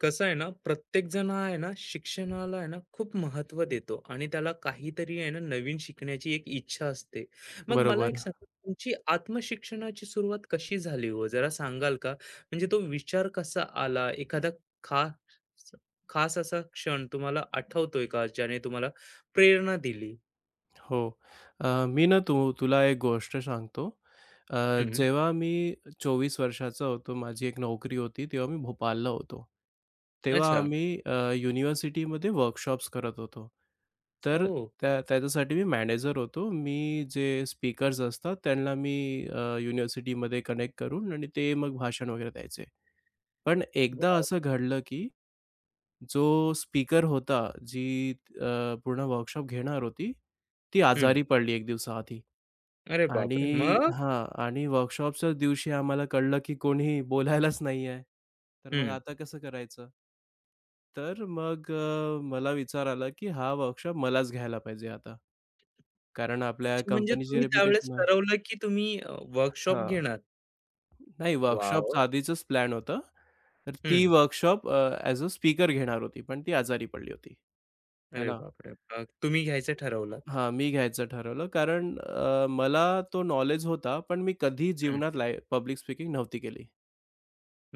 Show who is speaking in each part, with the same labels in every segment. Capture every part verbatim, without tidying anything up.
Speaker 1: कसं आहे ना, प्रत्येक जण हा आहे ना शिक्षणाला आहे ना खूप महत्त्व देतो आणि त्याला काहीतरी आहे ना नवीन शिकण्याची एक इच्छा असते. मग मला एक
Speaker 2: बरोबर.
Speaker 1: सांगा, तुमची आत्मशिक्षणाची सुरुवात कशी झाली हो? जरा सांगाल का? म्हणजे तो विचार कसा आला? एखादा खास खास असा क्षण तुम्हाला आठवतोय का, ज्याने तुम्हाला प्रेरणा दिली?
Speaker 2: हो. अ, मी ना तू तुला एक गोष्ट सांगतो. अ,
Speaker 1: हं.
Speaker 2: जेव्हा मी चोवीस वर्षाचा होतो, माझी एक नोकरी होती, तेव्हा मी भोपाळला होतो. तेव्हा
Speaker 1: अच्छा.
Speaker 2: आम्ही अ, युनिव्हर्सिटीमध्ये वर्कशॉप्स करत होतो. तर
Speaker 1: ओह!
Speaker 2: त्या त्याच्यासाठी मी मॅनेजर होतो. मी जे स्पीकर्स असतात, त्यांना मी अ, युनिव्हर्सिटीमध्ये कनेक्ट करून आणि ते मग भाषण वगैरे द्यायचे. पण एकदा
Speaker 1: वॉव!
Speaker 2: असं घडलं की जो स्पीकर होता, जी अ, पूर्ण वर्कशॉप घेणार होती, ती
Speaker 1: हं.
Speaker 2: आजारी पडली एक दिवसाआधी
Speaker 1: अरे बापरे!
Speaker 2: आणि
Speaker 1: मग?
Speaker 2: हां आणि वर्कशॉपच्याच दिवशी आम्हाला कळलं, की कोणी बोलायलाच नाही आहे. तर मग
Speaker 1: हं.
Speaker 2: आता कसं करायचं? तर मग अ, मला विचार आला, की हा वर्कशॉप मलाच घ्यायला पाहिजे आता. कारण आपल्या
Speaker 1: अच्छा, म्हणजे
Speaker 2: कंपनीची
Speaker 1: तुम्ही त्यावेळेस
Speaker 2: रेप्युटेशन आहे
Speaker 1: ठरवलं की तुम्ही वर्कशॉप
Speaker 2: हां.
Speaker 1: घेणार.
Speaker 2: नाही
Speaker 1: वॉव!
Speaker 2: वर्कशॉपचं आधीचंच प्लॅन होतं. तर ती
Speaker 1: हं.
Speaker 2: वर्कशॉप ॲज अ स्पीकर घेणार होती, पण ती आजारी पडली होती. है
Speaker 1: अरे
Speaker 2: ना?
Speaker 1: बापरे! अ, तुम्ही घ्यायचं ठरवलं.
Speaker 2: हां, मी घ्यायचं ठरवलं कारण अ, मला तो नॉलेज होता, पण मी कधी
Speaker 1: हं.
Speaker 2: जीवनात लाय पब्लिक स्पीकिंग नव्हती केली.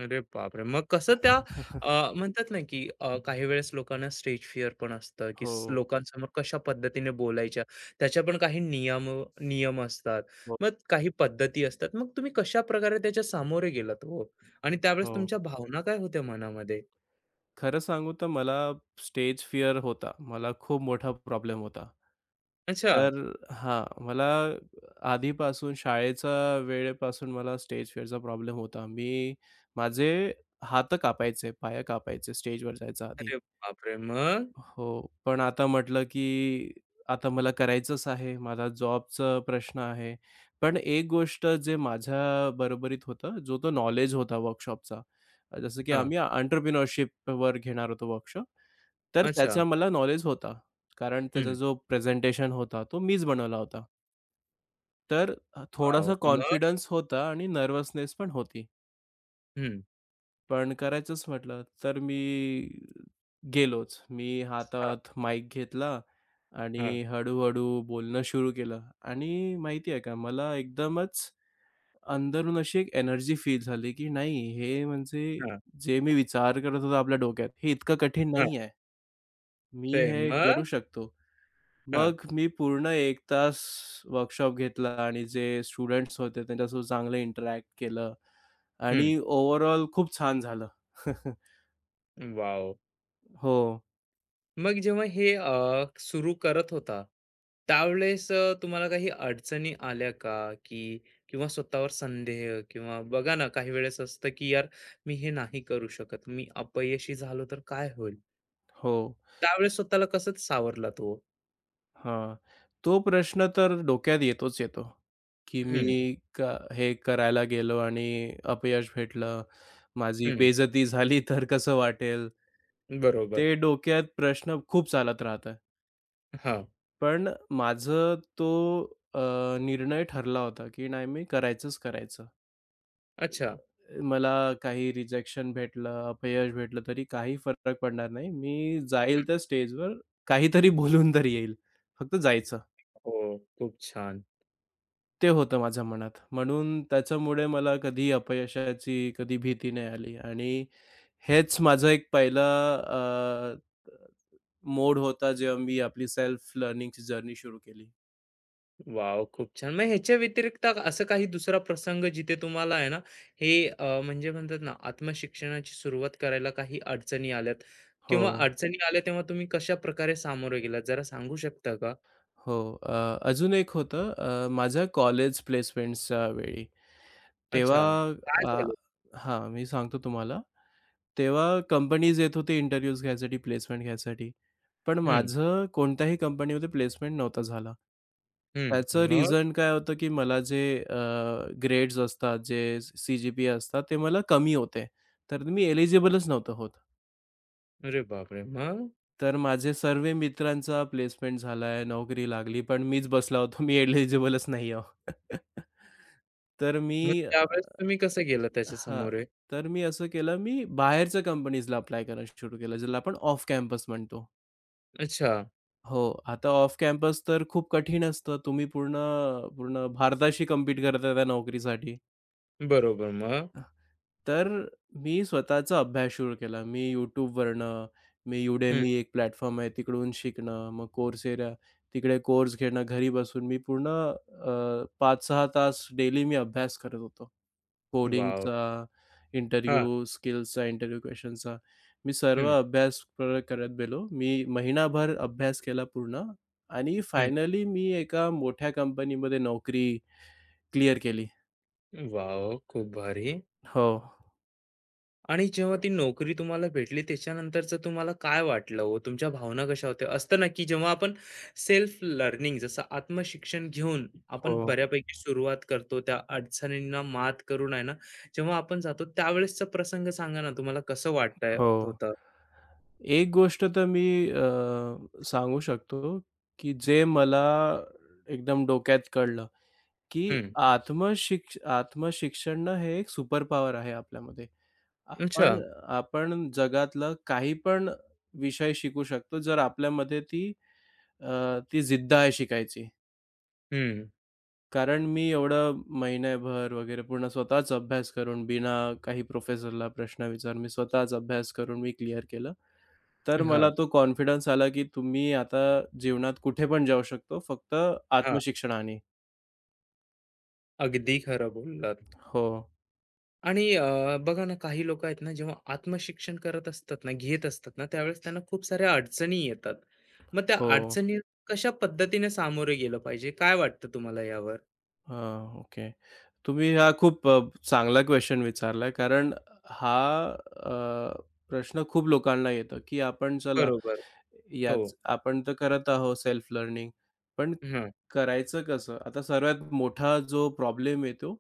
Speaker 1: अरे बापरे! मग कसं त्या अ, म्हणतात ना, की अ, हं. काही वेळेस लोकांना स्टेज फिअर पण असतं, की
Speaker 2: हो,
Speaker 1: स हं. लोकांसमोर कशा पद्धतीने बोलायच्या, त्याच्या पण काही नियम नियम असतात.
Speaker 2: हो,
Speaker 1: मग काही पद्धती असतात. मग तुम्ही कशाप्रकारे त्याच्या सामोरे गेलात हो? आणि त्यावेळेस
Speaker 2: हो.
Speaker 1: तुमच्या भावना काय होत्या मनामध्ये?
Speaker 2: खरं सांगू तर मला स्टेज फिअर होता. मला खूप मोठा प्रॉब्लेम होता.
Speaker 1: अच्छा.
Speaker 2: तर हां, मला आधीपासून शाळेच्या वेळेपासून मला स्टेज फिअरचा प्रॉब्लेम होता. मी माझे हात कापायचे, पाय कापायचे स्टेजवर जायच्या आधी.
Speaker 1: अरे बापरे! मग?
Speaker 2: हो, पण आता म्हटलं, की आता मला करायचंच आहे. माझा जॉबचा प्रश्न आहे. पण एक गोष्ट जे माझ्या बरोबरीत होतं, जो तो नॉलेज होता वर्कशॉपचा. अ, जसं की
Speaker 1: हां.
Speaker 2: आम्ही एंटरप्रेन्योरशिपवर घेणार होतो वर्कशॉप. तर
Speaker 1: अच्छा.
Speaker 2: त्याचा मला नॉलेज होता. कारण त्याचा
Speaker 1: हं.
Speaker 2: जो प्रेझेंटेशन होता, तो मीच बनवला होता. तर अ, थोडासा
Speaker 1: वॉव! मग?
Speaker 2: कॉन्फिडन्स होता आणि नर्व्हसनेस पण होती.
Speaker 1: हं.
Speaker 2: पण करायचंच म्हटलं, तर मी गेलोच. मी
Speaker 1: हां,
Speaker 2: हातात माईक घेतला
Speaker 1: हां,
Speaker 2: आणि हळू-हळू बोलणं सुरू केलं आणि माहिती आहे का, मला एकदमच अंदरून अशी एक एनर्जी फील झाली, की नाही हे म्हणजे
Speaker 1: हां,
Speaker 2: जे मी विचार करत होतो आपल्या डोक्यात, हे इतकं कठीण
Speaker 1: हां.
Speaker 2: नाही आहे. मी
Speaker 1: ते
Speaker 2: हे करू
Speaker 1: मग?
Speaker 2: शकतो.
Speaker 1: हां.
Speaker 2: मग मी पूर्ण एक तास वर्कशॉप घेतला आणि जे स्टुडंट्स होते त्यांच्यासोबत चांगलं इंटरॅक्ट केलं
Speaker 1: हं.
Speaker 2: आणि ओव्हरऑल खूप छान झालं.
Speaker 1: वॉव!
Speaker 2: हो.
Speaker 1: मग जेव्हा हे सुरू करत होता, त्यावेळेस अ, तुम्हाला काही अडचणी आल्या का? की किंवा स्वतःवर संदेह, किंवा बघा ना, काही वेळेस असतं की यार, मी हे नाही करू शकत. मी अपयशी झालो तर काय होईल?
Speaker 2: हो.
Speaker 1: त्यावेळेस स्वतःला कसं सावरला तो?
Speaker 2: हां. तो प्रश्न तर डोक्यात येतोच येतो, की मी
Speaker 1: हं,
Speaker 2: का हे करायला गेलो आणि अपयश भेटलं, माझी
Speaker 1: हं.
Speaker 2: बेइज्जती झाली तर कसं वाटेल?
Speaker 1: बरोबर.
Speaker 2: ते डोक्यात प्रश्न खूप चालत राहतात.
Speaker 1: हां.
Speaker 2: पण माझं तो अ, निर्णय ठरला होता, की नाही मी करायचंच करायचं.
Speaker 1: अच्छा.
Speaker 2: मला काही रिजेक्शन भेटलं, अपयश भेटलं तरी काही फरक पडणार नाही. मी
Speaker 1: हं.
Speaker 2: जाईल त्या स्टेजवर काहीतरी बोलून तरी येईल. फक्त जायचं.
Speaker 1: हो, खूप छान.
Speaker 2: ते होतं माझ्या मनात. म्हणून त्याच्यामुळे मला कधी अपयशाची कधी भीती नाही आली आणि हेच माझा एक पहिला अ, मोड होता जेव्हा मी आपली सेल्फ लर्निंगची जर्नी सुरू केली.
Speaker 1: वाव, खूप छान. मग ह्याच्या व्यतिरिक्त असा काही दुसरा प्रसंग, जिथे तुम्हाला आहे ना, हे अ, म्हणजे म्हणतात ना, आत्मशिक्षणाची सुरुवात करायला काही अडचणी आल्यात
Speaker 2: हो,
Speaker 1: किंवा अडचणी आल्या, तेव्हा तुम्ही कशाप्रकारे सामोरे गेलात जरा सांगू शकता का?
Speaker 2: हो. अ, अजून एक होतं अ, माझ्या कॉलेज प्लेसमेंट्सच्या वेळी. तेव्हा
Speaker 1: अच्छा. काय
Speaker 2: अ,
Speaker 1: झालं?
Speaker 2: हां, मी सांगतो तुम्हाला. तेव्हा कंपनीज येत होते इंटरव्ह्यूज घ्यायसाठी, प्लेसमेंट घ्यायसाठी. पण
Speaker 1: हं,
Speaker 2: माझं कोणत्याही कंपनीमध्ये प्लेसमेंट नव्हता झाला.
Speaker 1: हं.
Speaker 2: त्याचं
Speaker 1: मग?
Speaker 2: रिझन काय होतं, की मला जे अ, ग्रेड्स असतात, जे सी-जी-पी असतात, ते मला कमी होते. तर मी एलिजिबलच नव्हतं होत.
Speaker 1: अरे बापरे! मग?
Speaker 2: तर माझे सर्व मित्रांचा प्लेसमेंट झालाय, नोकरी लागली, पण मीच बसला होतो. मी एलिजिबलच नाही आहे. तर मी
Speaker 1: मग त्यावेळेस तुम्ही कसं गेलात त्याच्या
Speaker 2: हां.
Speaker 1: समोरे?
Speaker 2: तर मी असं केलं, मी बाहेरच्या कंपनीजला अप्लाय करायला सुरू केलं, ज्याला आपण ऑफ कॅम्पस म्हणतो.
Speaker 1: अच्छा.
Speaker 2: हो, आता ऑफ कॅम्पस तर खूप कठीण असतं. तुम्ही पूर्ण पूर्ण भारताशी कम्पीट करताय त्या नोकरीसाठी.
Speaker 1: बरोबर. मग?
Speaker 2: तर मी स्वतःचा अभ्यास सुरू केला. मी YouTubeवरनं, मी
Speaker 1: हं.
Speaker 2: Udemy एक प्लॅटफॉर्म आहे तिकडून शिकणं, मग Coursera तिकडे कोर्स घेणं घरी बसून. मी पूर्ण अ, पाच सहा तास डेली मी अभ्यास करत होतो.
Speaker 1: वॉव!
Speaker 2: कोडिंगचा
Speaker 1: हां.
Speaker 2: Interview स्किल्सचा, interview क्वेशनचा. मी सर्व
Speaker 1: हं,
Speaker 2: अभ्यास क करत गेलो. मी महिनाभर अभ्यास केला पूर्ण आणि
Speaker 1: हं.
Speaker 2: फायनली मी एका मोठ्या कंपनीमध्ये नोकरी क्लिअर केली.
Speaker 1: वॉव! खूप भारी.
Speaker 2: हो,
Speaker 1: आणि जेव्हा ती नोकरी तुम्हाला भेटली, त्याच्यानंतरचं तुम्हाला काय वाटलं हो? तुमच्या भावना कशा होत्या? असतं ना, की जेव्हा आपण सेल्फ लर्निंग जसं आत्मशिक्षण घेऊन आपण
Speaker 2: हो,
Speaker 1: बऱ्यापैकी सुरुवात करतो, त्या अडचणींना मात करून आहे ना, जेव्हा आपण जातो त्यावेळेसचा प्रसंग सांगा ना, तुम्हाला कसं
Speaker 2: हो.
Speaker 1: वाटत होतं?
Speaker 2: एक गोष्ट तर मी अ, सांगू शकतो, की जे मला एकदम डोक्यात कळलं, की
Speaker 1: हं.
Speaker 2: आत्मशिक्ष आत्मशिक्षण हे एक सुपर पॉवर आहे आपल्यामध्ये.
Speaker 1: अच्छा.
Speaker 2: आपण आपण जगातलं काही पण विषय शिकू शकतो, जर आपल्यामध्ये ती अ, ती जिद्द आहे शिकायची.
Speaker 1: हं.
Speaker 2: कारण मी एवढं महिनाभर वगैरे पूर्ण स्वतःच अभ्यास करून, बिना काही प्रोफेसरला प्रश्न विचारून, मी स्वतःच अभ्यास करून मी क्लिअर केलं. तर मला
Speaker 1: हां.
Speaker 2: तो कॉन्फिडन्स आला, की तुम्ही आता जीवनात कुठे पण जाऊ शकतो, फक्त
Speaker 1: हां.
Speaker 2: आत्मशिक्षणाने.
Speaker 1: अगदी खरं बोललात.
Speaker 2: हो,
Speaker 1: आणि अ, बघा ना, काही लोक आहेत ना, जेव्हा आत्मशिक्षण करत असतात ना, घेत असतात ना, त्यावेळेस त्यांना खूप साऱ्या अडचणी येतात. मग त्या
Speaker 2: हो.
Speaker 1: अडचणी कशा पद्धतीने सामोरे गेलं पाहिजे, काय वाटतं तुम्हाला यावर?
Speaker 2: हां, ओके. तुम्ही हा खूप अ, चांगला क्वेशन विचारलाय कारण हा अ, प्रश्न खूप लोकांना येतो, की आपण चला
Speaker 1: बरोबर. हो.
Speaker 2: याच आपण तर करत आहोत सेल्फ लर्निंग, पण
Speaker 1: हं,
Speaker 2: करायचं कसं? आता सर्वात मोठा जो प्रॉब्लेम येतो,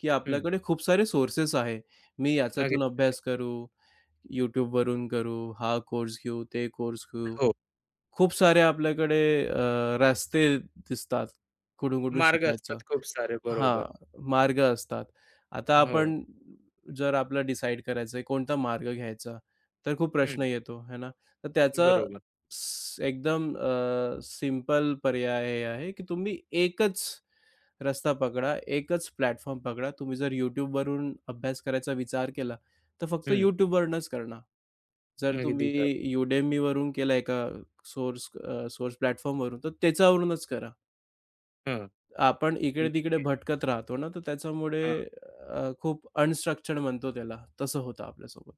Speaker 2: की
Speaker 1: हं,
Speaker 2: आपल्याकडे खूप सारे सोर्सेस आहे. मी याच्यातून
Speaker 1: अगदी खरं.
Speaker 2: अभ्यास करू, YouTubeवरून करू, हा कोर्स घेऊ, ते कोर्स घेऊ.
Speaker 1: हो.
Speaker 2: खूप सारे आपल्याकडे अ, रस्ते दिसतात कुठून-कुठून
Speaker 1: मार्ग
Speaker 2: शिकायचं.
Speaker 1: असतात खूप सारे,
Speaker 2: हां,
Speaker 1: बरोबर.
Speaker 2: मार्ग असतात. आता
Speaker 1: हो.
Speaker 2: आपण जर आपला डिसाईड करायचं आहे कोणता मार्ग घ्यायचा, तर खूप
Speaker 1: हं,
Speaker 2: प्रश्न येतो, है ना? तर त्याचं
Speaker 1: बरोबर.
Speaker 2: स एकदम सिंपल पर्याय हे आहे, की तुम्ही एकच रस्ता पकडा, एकच प्लॅटफॉर्म पकडा. तुम्ही जर YouTubeवरून अभ्यास करायचा विचार केला, तर फक्त
Speaker 1: हं,
Speaker 2: YouTubeवरूनच करणार. जर
Speaker 1: अगदी खरं.
Speaker 2: तुम्ही Udemyवरून केला एका सोर्स सोर्स प्लॅटफॉर्मवरून, तर त्याच्यावरूनच करा.
Speaker 1: हं,
Speaker 2: आपण इकडे-तिकडे भटकत राहतो ना, तर त्याच्यामुळे अ, खूप अनस्ट्रक्चर्ड म्हणतो त्याला, तसं होतं आपल्यासोबत.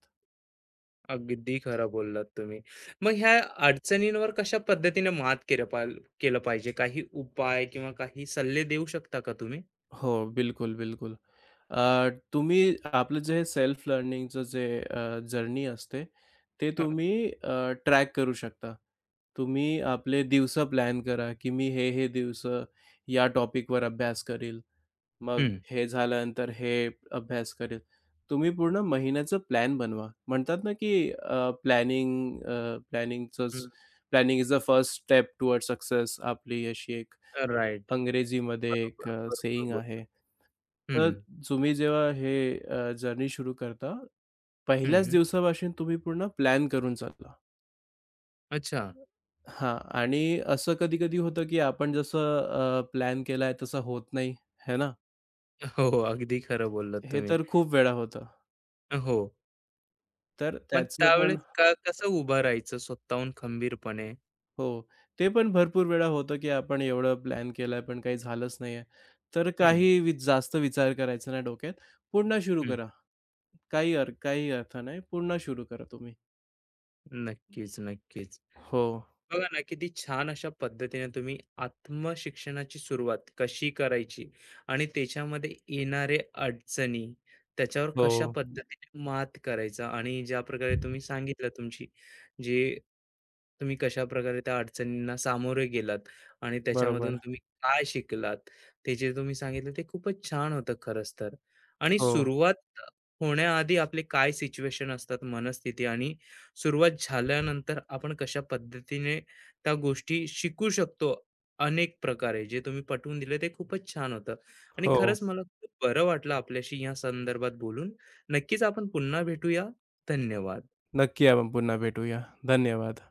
Speaker 1: अगदी खरं बोललात तुम्ही. मग ह्या अडचणींवर कशा पद्धतीने मात केलं पाल केलं पाहिजे? काही उपाय किंवा काही सल्ले देऊ शकता का तुम्ही?
Speaker 2: हो, बिलकुल, बिलकुल. अ, तुम्ही आपलं जे सेल्फ लर्निंगचं जे अ, जर्नी असते, ते
Speaker 1: हां.
Speaker 2: तुम्ही अ, ट्रॅक करू शकता. तुम्ही आपले दिवस प्लॅन करा, की मी हे, हे दिवस या टॉपिकवर अभ्यास करील. मग
Speaker 1: हं.
Speaker 2: हे झाल्यानंतर हे अभ्यास करेल. तुम्ही पूर्ण महिन्याचं प्लॅन बनवा. म्हणतात ना, की प्लॅनिंग प्लॅनिंगचंच
Speaker 1: हं.
Speaker 2: Planning is the first step toward success आपली अशी एक
Speaker 1: राइट.
Speaker 2: अंग्रेजीमध्ये
Speaker 1: बरोबर,
Speaker 2: एक
Speaker 1: बरोबर
Speaker 2: अ,
Speaker 1: बोल
Speaker 2: आहे.
Speaker 1: हं,
Speaker 2: तर तुम्ही जेव्हा हे जर्नी सुरू करता, पहिल्याच
Speaker 1: हं.
Speaker 2: दिवसापासून तुम्ही पूर्ण प्लॅन करून चाला.
Speaker 1: अच्छा.
Speaker 2: हां आणि असं कधी-कधी होतं, की आपण जसं प्लॅन केलाय तसं होत नाही, है ना?
Speaker 1: हो, हो. अगदी खरं बोललात
Speaker 2: हे
Speaker 1: तुम्ही.
Speaker 2: तर खूप वेळा होतं.
Speaker 1: हो.
Speaker 2: तर
Speaker 1: मग
Speaker 2: त्याचं पण
Speaker 1: त्यावेळेस का कसं उभं राहायचं स्वतःहून खंबीरपणे?
Speaker 2: हो. ते पण भरपूर वेळा होतं, की आपण एवढं प्लॅन केलाय पण काही झालंच नाहीये. तर
Speaker 1: हं,
Speaker 2: काही वि जास्त विचार करायचा नाही डोक्यात. पुन्हा सुरू
Speaker 1: हं.
Speaker 2: करा. काही अर काही अर्थ नाही. पुन्हा सुरू करा तुम्ही.
Speaker 1: नक्कीच, नक्कीच.
Speaker 2: हो,
Speaker 1: बघा ना, किती छान अशा पद्धतीने तुम्ही आत्मशिक्षणाची सुरुवात कशी करायची आणि त्याच्यामध्ये येणारे अडचणी त्याच्यावर
Speaker 2: हो.
Speaker 1: कशा पद्धतीने मात करायचा, आणि ज्या प्रकारे तुम्ही सांगितलं तुमची, जे तुम्ही कशा प्रकारे त्या अडचणींना सामोरे गेलात आणि त्याच्यामधून
Speaker 2: बरोबर.
Speaker 1: तुम्ही काय शिकलात, ते जे तुम्ही सांगितलं ते खूपच छान होतं खरंच तर. आणि
Speaker 2: हो,
Speaker 1: सुरुवात होण्याआधी आपले काय सिच्युएशन असतात, मनस्थिती, आणि सुरुवात झाल्यानंतर आपण कशा पद्धतीने त्या गोष्टी शिकू शकतो अनेक प्रकारे. जे तुम्ही पटवून दिले ते खूपच छान होतं आणि
Speaker 2: हो.
Speaker 1: खरंच मला खूप बरं वाटलं आपल्याशी या संदर्भात बोलून. नक्कीच आपण पुन्हा भेटूया. धन्यवाद.
Speaker 2: नक्की आपण पुन्हा भेटूया. धन्यवाद.